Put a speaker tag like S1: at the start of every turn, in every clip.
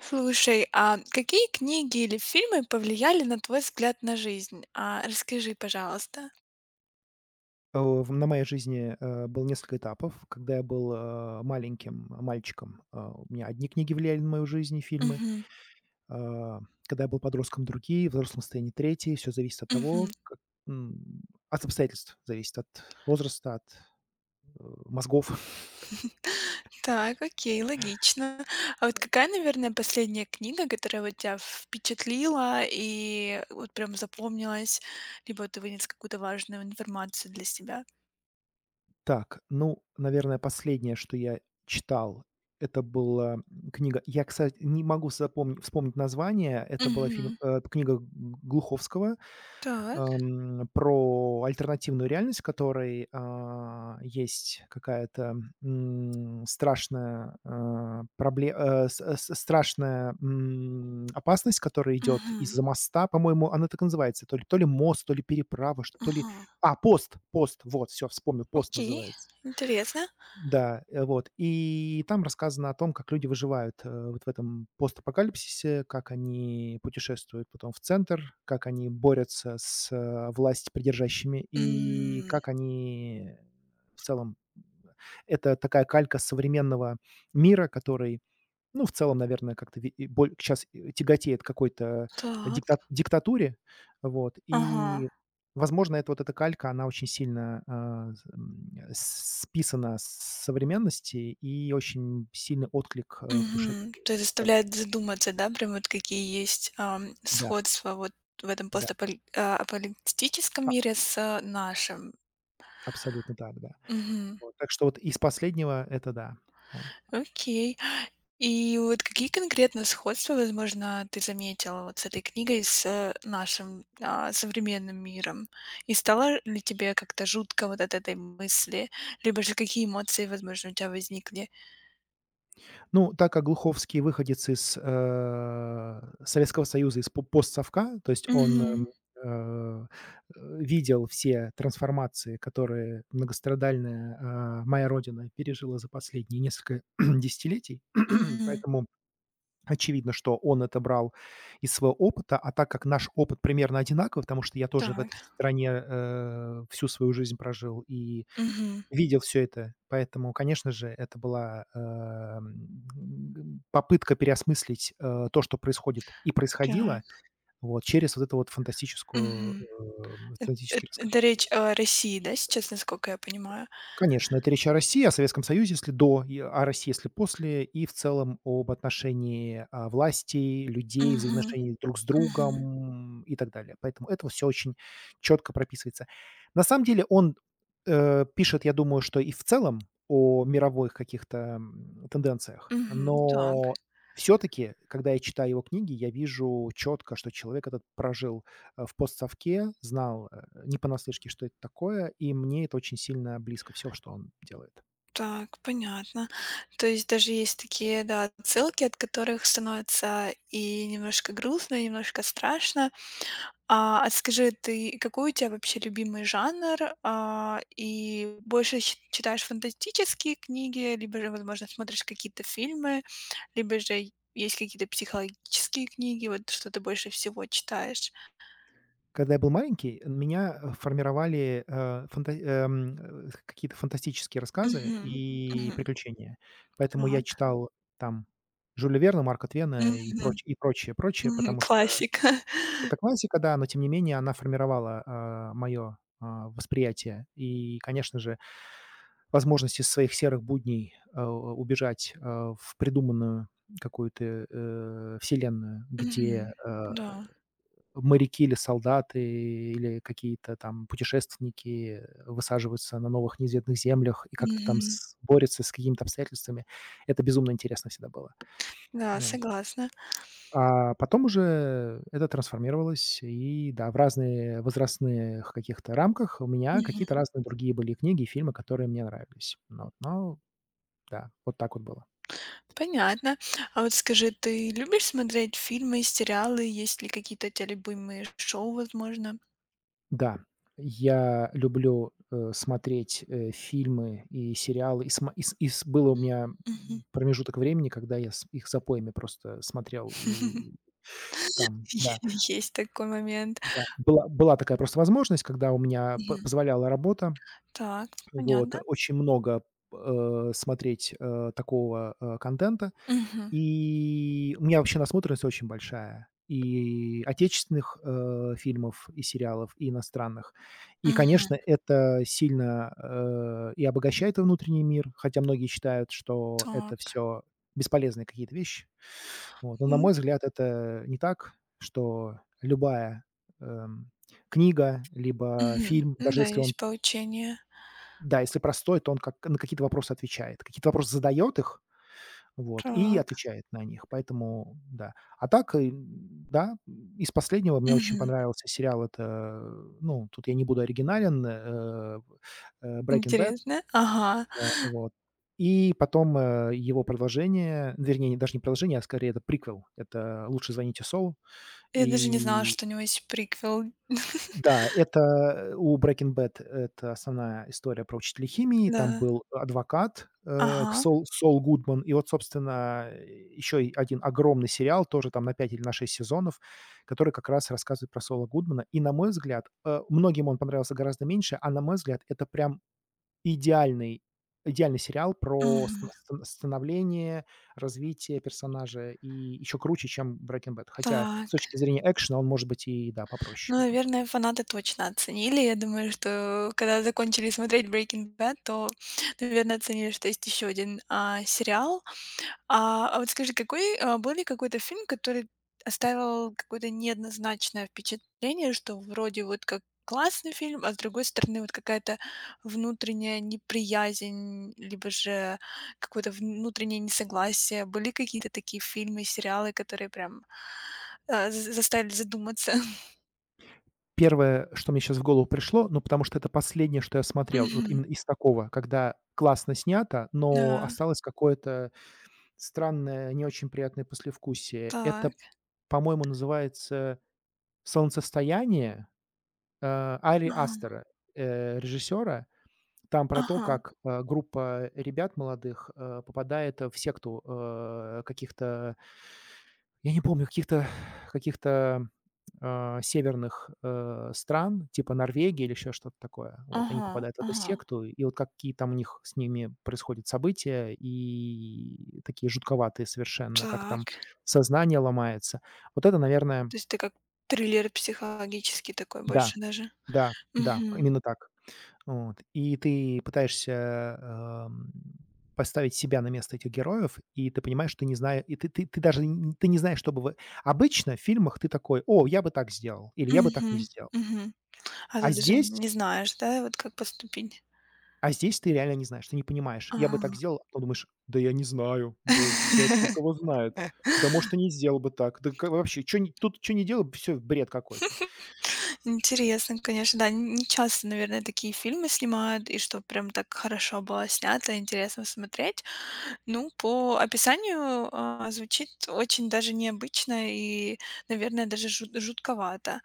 S1: Слушай, а какие книги или фильмы повлияли на твой взгляд на жизнь? Расскажи, пожалуйста.
S2: В На моей жизни, было несколько этапов. Когда я был, маленьким мальчиком, у меня одни книги влияли на мою жизнь и фильмы.
S1: Мгм.
S2: Э, Когда я был подростком — другие, в взрослом состоянии — третьи. Все зависит от того,
S1: Мгм.
S2: м, от обстоятельств зависит, от возраста, от, мозгов.
S1: Так, окей, логично. А вот какая, наверное, последняя книга, которая вот тебя впечатлила и вот прям запомнилась, либо вот ты вынес какую-то важную информацию для себя?
S2: Так, ну, наверное, последнее, что я читал, это была, книга. Я, кстати, не могу запомни вспомнить название. Это была
S1: Мгм.
S2: книга Глуховского,
S1: Так.
S2: про альтернативную реальность, в которой, есть какая-то, страшная, а, пробле э, с страшная, опасность, которая идет
S1: Мгм.
S2: из-за моста. По-моему, она так и называется. То ли мост, то ли переправа, что то ли...
S1: Ага.
S2: А, «Пост», «Пост», вот, все вспомнил, «Пост»
S1: Окей.
S2: называется.
S1: Интересно.
S2: Да, вот. И там рассказано о том, как люди выживают, вот в этом постапокалипсисе, как они путешествуют потом в центр, как они борются с власть придержащими и
S1: М,
S2: как они в целом э, это такая калька современного мира, который, ну, в целом, наверное, как-то сейчас тяготеет к какой-то
S1: Так.
S2: диктатуре. Вот.
S1: Ага.
S2: И, возможно, это вот эта калька, она очень сильно, а, з м, э, с списана с современности и очень сильный отклик, в душе
S1: Мгм. То есть
S2: дает.
S1: заставляет задуматься, да, прям вот какие есть,
S2: Да,
S1: сходства вот в этом
S2: да, а,
S1: мире с, нашим.
S2: абсолютно так, да.
S1: Мгм.
S2: Вот. Так что вот из последнего — это да. Вот.
S1: Окей. И вот какие конкретно сходства, возможно, ты заметила вот с этой книгой, с, нашим, современным миром? И стало ли тебе как-то жутко вот от этой мысли? Либо же какие эмоции, возможно, у тебя возникли?
S2: Ну, так как Глуховский выходец из, Советского Союза, из по постсовка, то есть он,
S1: Мгм.
S2: э, видел все трансформации, которые многострадальная, моя родина пережила за последние несколько десятилетий.
S1: Мгм.
S2: Поэтому очевидно, что он это брал из своего опыта. А так как наш опыт примерно одинаковый, потому что я тоже в
S1: Так.
S2: этой стране, всю свою жизнь прожил и
S1: Мгм.
S2: видел все это, поэтому, конечно же, это была, попытка переосмыслить, то, что происходит и происходило,
S1: Так.
S2: вот, через вот эту вот
S1: Мгм. Эт
S2: фантастический рассказ.
S1: это речь о России, да, сейчас, насколько я понимаю?
S2: Конечно, это речь о России, о Советском Союзе, если до, и о России, если после, и в целом об отношении, власти, людей,
S1: Мгм,
S2: взаимоотношений друг с
S1: мгм,
S2: другом и так далее. Поэтому это все очень четко прописывается. На самом деле он, пишет, я думаю, что и в целом о мировых каких-то, тенденциях,
S1: мгм. Так,
S2: но все таки, когда я читаю его книги, я вижу четко, что человек этот прожил в постсовке, знал, не понаслышке, что это такое, и мне это очень сильно близко, все, что он делает.
S1: так, понятно. То есть даже есть такие, да, отсылки, от которых становится и немножко грустно, и немножко страшно. А скажи, ты какой у тебя вообще любимый жанр? И больше ч читаешь фантастические книги, либо же, возможно, смотришь какие-то фильмы, либо же есть какие-то психологические книги, вот что ты больше всего читаешь?
S2: Когда я был маленький, меня, формировали, какие-то фантастические рассказы
S1: Угу,
S2: и
S1: угу.
S2: приключения. Поэтому я читал там Жюля Верна, Марка Твена и
S1: Мгм,
S2: проч и прочее, прочее,
S1: мгм.
S2: потому что
S1: Классика.
S2: это классика, да, но тем не менее она формировала мое восприятие. И, конечно же, возможность из своих серых будней, убежать, в придуманную какую-то, вселенную, где,
S1: Мгм. Да.
S2: моряки, или солдаты, или какие-то там путешественники высаживаются на новых неизведанных землях и как-то там
S1: Мгм.
S2: с борются с какими-то обстоятельствами. Это безумно интересно всегда было.
S1: Да,
S2: Вот.
S1: согласна.
S2: А потом уже это трансформировалось и, да, в разные возрастных каких-то рамках у меня
S1: Мгм.
S2: какие-то разные другие были книги и фильмы, которые мне нравились. Ну вот, но да, вот так вот было.
S1: Понятно. А вот скажи, ты любишь смотреть фильмы, сериалы? Есть ли какие-то у тя любимые шоу, возможно?
S2: Да, я люблю, смотреть, фильмы и сериалы. И сма и с Было у меня,
S1: Мгм.
S2: промежуток времени, когда я с их запоями просто смотрел. И там, да,
S1: Е Есть такой момент.
S2: да, была такая просто возможность, когда у меня п
S1: Мгм.
S2: позволяла работа.
S1: Так,
S2: Вот,
S1: понятно.
S2: очень много, смотреть, такого, контента.
S1: Мгм,
S2: И у меня вообще насмотренность очень большая, и отечественных, фильмов и сериалов, и иностранных. И, конечно,
S1: мгм.
S2: это сильно, и обогащает внутренний мир, хотя многие считают, что это
S1: Так,
S2: все бесполезные какие-то вещи. Вот, но, на
S1: м,
S2: мой взгляд, это не так, что любая, эм, книга либо
S1: мгм.
S2: фильм,
S1: Ну
S2: даже
S1: да,
S2: если он,
S1: есть поучение.
S2: да, если простой, то он как на какие-то вопросы отвечает. Какие-то вопросы задает их, вот, и
S1: Так,
S2: отвечает на них, поэтому да. А так, да, из последнего мне очень
S1: мгм.
S2: понравился сериал, это, ну, тут я не буду оригинален, Breaking Bad,
S1: Интересно. Ага.
S2: вот. И потом, его продолжение, вернее, даже не продолжение, а скорее это приквел. Это «Лучше звоните Солу».
S1: Я даже не знала,
S2: И
S1: что у него есть приквел.
S2: да, это, у Breaking Bad это основная история про учителя химии. Там
S1: Да.
S2: был адвокат,
S1: Ага,
S2: Сол Гудман. И вот, собственно, еще один огромный сериал, тоже там на 5 или на 6 сезонов, который как раз рассказывает про Сола Гудмана. И, на мой взгляд, многим он понравился гораздо меньше, а на мой взгляд, это прям идеальный идеальный сериал про ст
S1: мгм.
S2: ст становление, развитие персонажа, и еще круче, чем Breaking Bad. Хотя с
S1: Так,
S2: точки зрения экшена он, может быть, и, да, попроще
S1: ну,
S2: в этом плане.
S1: наверное, фанаты точно оценили. Я думаю, что когда закончили смотреть Breaking Bad, то, наверное, оценили, что есть еще один сериал. А вот скажи, какой, был ли какой-то фильм, который оставил какое-то неоднозначное впечатление, что вроде вот как классный фильм, а с другой стороны вот какая-то внутренняя неприязнь, либо же какое-то внутреннее несогласие? Были какие-то такие фильмы, сериалы, которые прям, а, з заставили задуматься?
S2: Первое, что мне сейчас в голову пришло, ну, потому что это последнее, что я смотрел, вот
S1: Мгм.
S2: именно из такого, когда классно снято, но
S1: Да,
S2: осталось какое-то странное, не очень приятное послевкусие. Это,
S1: так.
S2: по-моему, называется «Солнцестояние», Ari
S1: Ага,
S2: Aster, режиссера. Там про то,
S1: ага,
S2: как, группа ребят молодых, попадает, в секту, каких-то, я не помню, каких-то, северных, стран, типа Норвегии или еще что-то такое. Вот они
S1: ага,
S2: попадают в эту
S1: ага.
S2: секту, и вот какие там у них с ними происходят события, и такие жутковатые совершенно, как там
S1: Так.
S2: сознание ломается. Вот это, наверное...
S1: То есть ты как триллер психологический такой
S2: Да,
S1: больше даже?
S2: да, да,
S1: Мгм.
S2: именно так. Вот. И ты пытаешься, поставить себя на место этих героев, и ты понимаешь, что ты не знаешь, и ты даже н ты не знаешь, что бы вы... Обычно в фильмах ты такой: «О, я бы так сделал» или «Я бы так не
S1: Мгм,
S2: сделал».
S1: мгм. А ты
S2: А
S1: даже
S2: здесь
S1: не знаешь, да, вот как поступить?
S2: а здесь ты реально не знаешь, ты не понимаешь: «Я бы так
S1: Ага.
S2: сделал», а потом думаешь: «Да я не знаю, да да фиг его знает, да, может, и не сделал бы так, да ка вообще чё ни тут что не делал, все бред какой-то».
S1: Интересно, конечно, да. Н Не часто, наверное, такие фильмы снимают, и что прям так хорошо было снято, интересно смотреть. Ну, по описанию, звучит очень даже необычно и, наверное, даже жутковато.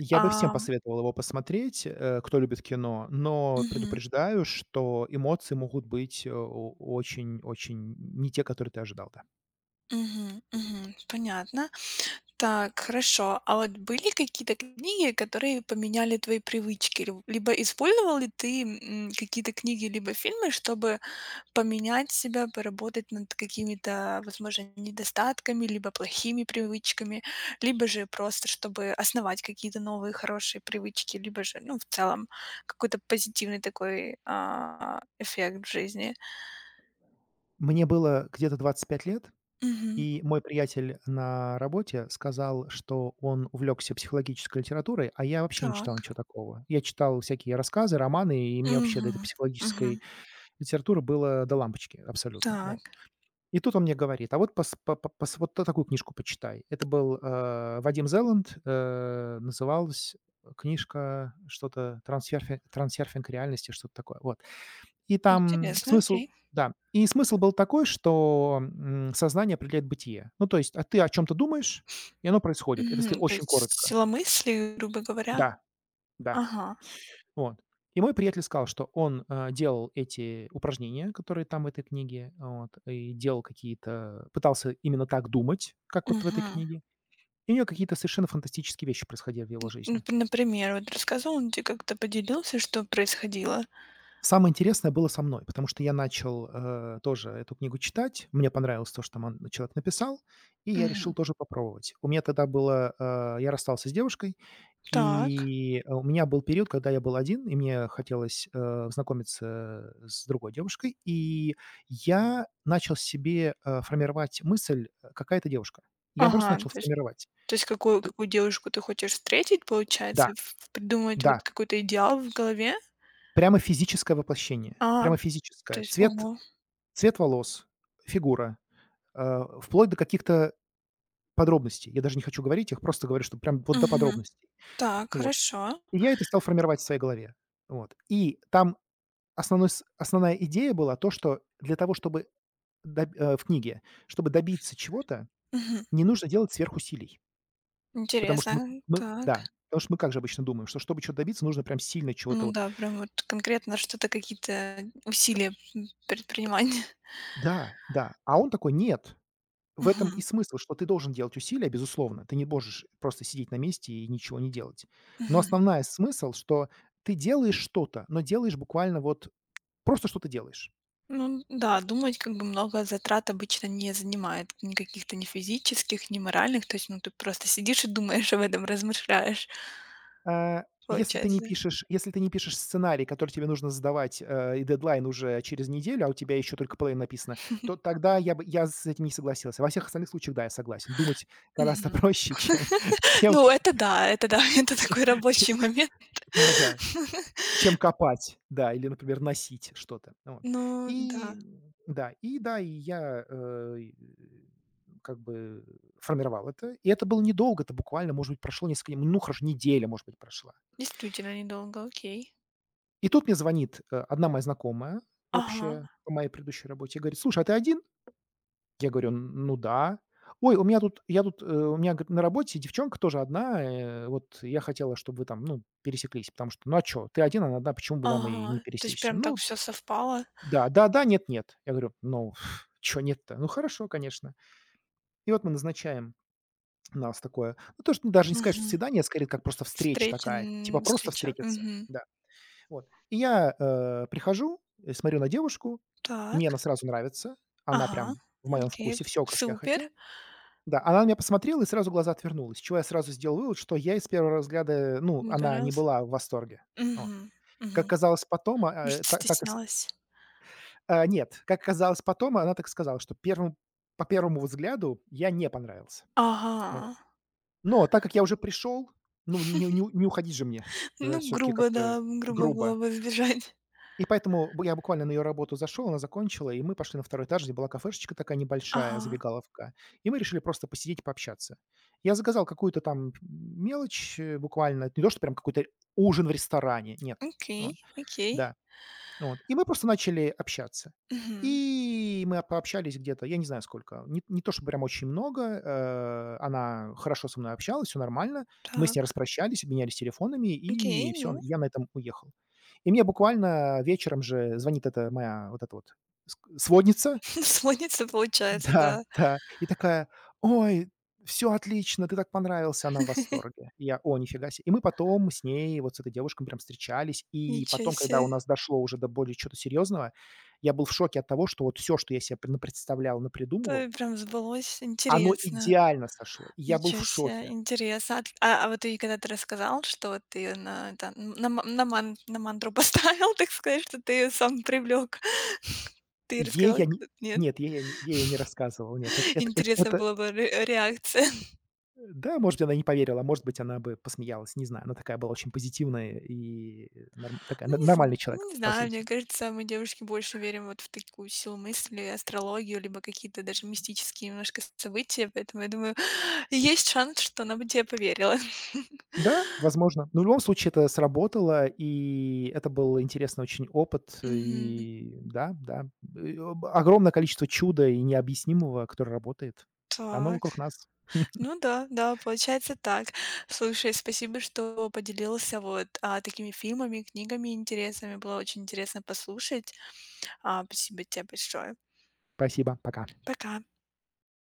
S2: Я бы всем
S1: Ам
S2: посоветовал его посмотреть, кто любит кино, но
S1: Мгм,
S2: предупреждаю, что эмоции могут быть, очень очень не те, которые ты ожидал, да.
S1: мгм, мгм. Понятно. Так, хорошо. А вот были какие-то книги, которые поменяли твои привычки? Либо использовал ли ты какие-то книги, либо фильмы, чтобы поменять себя, поработать над какими-то, возможно, недостатками, либо плохими привычками, либо же просто, чтобы основать какие-то новые хорошие привычки, либо же, ну, в целом, какой-то позитивный такой эффект в жизни?
S2: Мне было где-то 25 лет,
S1: Мгм.
S2: и мой приятель на работе сказал, что он увлекся психологической литературой, а я вообще не читал
S1: Так.
S2: ничего такого. Я читал всякие рассказы, романы, и мне вообще до
S1: Мгм.
S2: этой
S1: Мгм.
S2: психологической литературы было до лампочки абсолютно. Вот.
S1: Так.
S2: И тут он мне говорит: «А вот пос по пос вот такую книжку почитай». Это был, Вадим Зеланд, называлась книжка что-то "Трансерфинг реальности», что-то такое, вот. И там
S1: Интересно,
S2: смысл
S1: окей.
S2: да, и смысл был такой, что, сознание определяет бытие. Ну, то есть, а ты о чем то думаешь, и оно происходит. Это если
S1: Мгм. То
S2: очень
S1: есть
S2: коротко.
S1: сила мысли, грубо говоря.
S2: Да, да.
S1: Ага.
S2: Вот. И мой приятель сказал, что он, делал эти упражнения, которые там в этой книге, вот, и делал какие-то пытался именно так думать, как вот в этой
S1: Мгм.
S2: книге. И у него какие-то совершенно фантастические вещи происходили в его
S1: Ну,
S2: жизни.
S1: п например, вот рассказывал он тебе как-то, поделился, что происходило?
S2: Самое интересное было со мной, потому что я начал, тоже эту книгу читать. Мне понравилось то, что там он человек написал, и я решил
S1: Мгм.
S2: тоже попробовать. У меня тогда я расстался с девушкой.
S1: Так.
S2: И, у меня был период, когда я был один, и мне хотелось, знакомиться с другой девушкой, и я начал себе, формировать мысль, какая то девушка. Я просто
S1: Ага,
S2: начал формировать.
S1: то есть какую
S2: Т
S1: какую девушку ты хочешь встретить,
S2: Да,
S1: получается, в придумать
S2: да,
S1: вот какой-то идеал в голове?
S2: прямо физическое воплощение,
S1: А,
S2: прямо
S1: То
S2: физическое.
S1: есть
S2: Цвет
S1: ого.
S2: цвет волос, фигура, э, вплоть до каких-то подробностей. Я даже не хочу говорить их, просто говорю, что прям вот до
S1: Мгм.
S2: подробностей.
S1: Так,
S2: Вот.
S1: хорошо.
S2: И я это стал формировать в своей голове. Вот. И там Основной с основная идея была то, что для того, чтобы в книге, чтобы добиться чего-то,
S1: Мгм.
S2: не нужно делать сверхусилий. Потому что мы
S1: Интересно.
S2: мы
S1: Так.
S2: да, потому что мы как же обычно думаем, что чтобы чего-то добиться, нужно прям сильно чего-то
S1: Ну
S2: вот...
S1: да, прям вот конкретно что-то, какие-то усилия, предпринимать.
S2: Да, да. А он такой: «Нет». В этом и
S1: Мгм.
S2: смысл, что ты должен делать усилия, безусловно. Ты не можешь просто сидеть на месте и ничего не делать. Но
S1: Мгм.
S2: основная смысл, что ты делаешь что-то, но делаешь буквально вот просто что-то делаешь.
S1: Ну да, думать как бы много затрат обычно не занимает, ни каких-то ни физических, ни моральных. То есть, ну, ты просто сидишь и думаешь об этом, размышляешь,
S2: А, если ты не
S1: получается.
S2: пишешь если ты не пишешь сценарий, который тебе нужно сдавать, и дедлайн уже через неделю, а у тебя еще только половина написана, то тогда я бы я с этим не согласился. Во всех остальных случаях, да, я согласен. Думать гораздо
S1: Мгм.
S2: проще, чем чем
S1: Ну, это да, это такой
S2: че
S1: рабочий момент.
S2: да-да, чем копать, да, или, например, носить что-то. Вот.
S1: Ну да,
S2: И, да, и да, и я, как бы, формировал это. И это было недолго, это буквально, может быть, прошло несколько... ну, хорошо, неделя, может быть, прошла.
S1: действительно недолго, окей.
S2: И тут мне звонит, одна моя знакомая общая
S1: Ага,
S2: по моей предыдущей работе и говорит: «Слушай, а ты один?» Я говорю: «Ну да». «Ой, у меня тут, у меня, говорит, на работе девчонка тоже одна, вот я хотела, чтобы вы там, ну, пересеклись, потому что, ну, а чё, ты один, она одна, почему бы вам и не
S1: ага. То есть
S2: пересечься?»
S1: прям так
S2: «Ну
S1: все совпало.
S2: да, да-да, нет-нет». Я говорю: «Ну, чё нет-то?» «Ну, хорошо, конечно». И вот мы назначаем у нас такое, ну, то, что даже не сказать, что
S1: Мгм.
S2: свидание, а скорее, как просто встреча
S1: Встреча,
S2: такая, типа просто
S1: встреча.
S2: встретиться.
S1: Мгм.
S2: Да. Вот. И я, прихожу, смотрю на девушку, мне
S1: Так.
S2: она сразу нравится, она
S1: Ага.
S2: прям в моем
S1: Окей.
S2: вкусе, все как я хотел.
S1: Супер.
S2: Да, она на меня посмотрела и сразу глаза отвернулась, чего я сразу сделал вывод, что я, из первого взгляда, ну,
S1: Мне
S2: она не
S1: понравился.
S2: была в восторге. Вот.
S1: Мгм.
S2: Как
S1: Мгм.
S2: казалось потом, а, э,
S1: Может,
S2: та так и с
S1: стеснялась?
S2: а, нет, как казалось потом, она так сказала, что первым по первому взгляду я не понравился. Вот.
S1: Ага.
S2: Но так как я уже пришел, ну, не уходить же мне,
S1: Ну,
S2: все таки
S1: грубо,
S2: как-то
S1: да, грубо было
S2: грубо.
S1: бы сбежать.
S2: И поэтому б я буквально на ее работу зашел, она закончила, и мы пошли на второй этаж, где была кафешечка такая небольшая,
S1: Ага.
S2: забегаловка, и мы решили просто посидеть, пообщаться. Я заказал какую-то там мелочь, буквально, не то, что прям какой-то ужин в ресторане, нет. Вот,
S1: Окей, окей.
S2: да. Вот. И мы просто начали общаться.
S1: Мгм.
S2: И мы пообщались где-то, я не знаю сколько, не то чтобы прям очень много, она хорошо со мной общалась, все нормально, мы с ней
S1: Так.
S2: распрощались, обменялись телефонами, и
S1: Окей,
S2: все,
S1: ну,
S2: я на этом уехал. И мне буквально вечером же звонит эта моя вот эта вот сводница,
S1: слонится получается,
S2: да,
S1: да.
S2: да. И такая: «Ой, все отлично, ты так понравился». Она в восторге. И я: «О, нифига себе». И мы потом с ней, вот с этой девушкой, прям встречались. И
S1: Ничего
S2: потом, когда у
S1: себе.
S2: нас дошло уже до более чего-то серьезного, я был в шоке от того, что вот все, что я себе пр напредставлял,
S1: То
S2: напридумывал,
S1: и прям сбылось.
S2: оно
S1: Интересно.
S2: идеально сошло. И я был в
S1: Ничего себе,
S2: шоке.
S1: интересно. А т а вот и когда ты рассказал, что вот ты её на это н на ма на ман на мантру поставил, так сказать, что ты её сам привлек. Ты
S2: Ей
S1: рассказал.
S2: я не
S1: Нет?
S2: нет, ей я не рассказывал, нет. Это это это
S1: Интересно
S2: это
S1: было бы ре реакция.
S2: да, может, она не поверила, а может быть, она бы посмеялась, не знаю. Она такая была очень позитивная и норм такая
S1: Ну,
S2: н
S1: не зн
S2: нормальный человек,
S1: ну, не
S2: по
S1: знаю,
S2: сути.
S1: мне кажется, мы, девушки, больше верим вот в такую силу мысли, астрологию, либо какие-то даже мистические немножко события, поэтому я думаю, есть шанс, что она бы тебе поверила.
S2: Да, возможно. Но в любом случае это сработало, и это был интересный очень опыт.
S1: Мгм.
S2: И да, да, и об огромное количество чуда и необъяснимого, которое работает. Оно
S1: Так.
S2: вокруг нас.
S1: Ну да, да, получается так. Слушай, спасибо, что поделился вот, такими фильмами, книгами интересными. Было очень интересно послушать. Спасибо тебе большое.
S2: Спасибо, пока.
S1: Пока.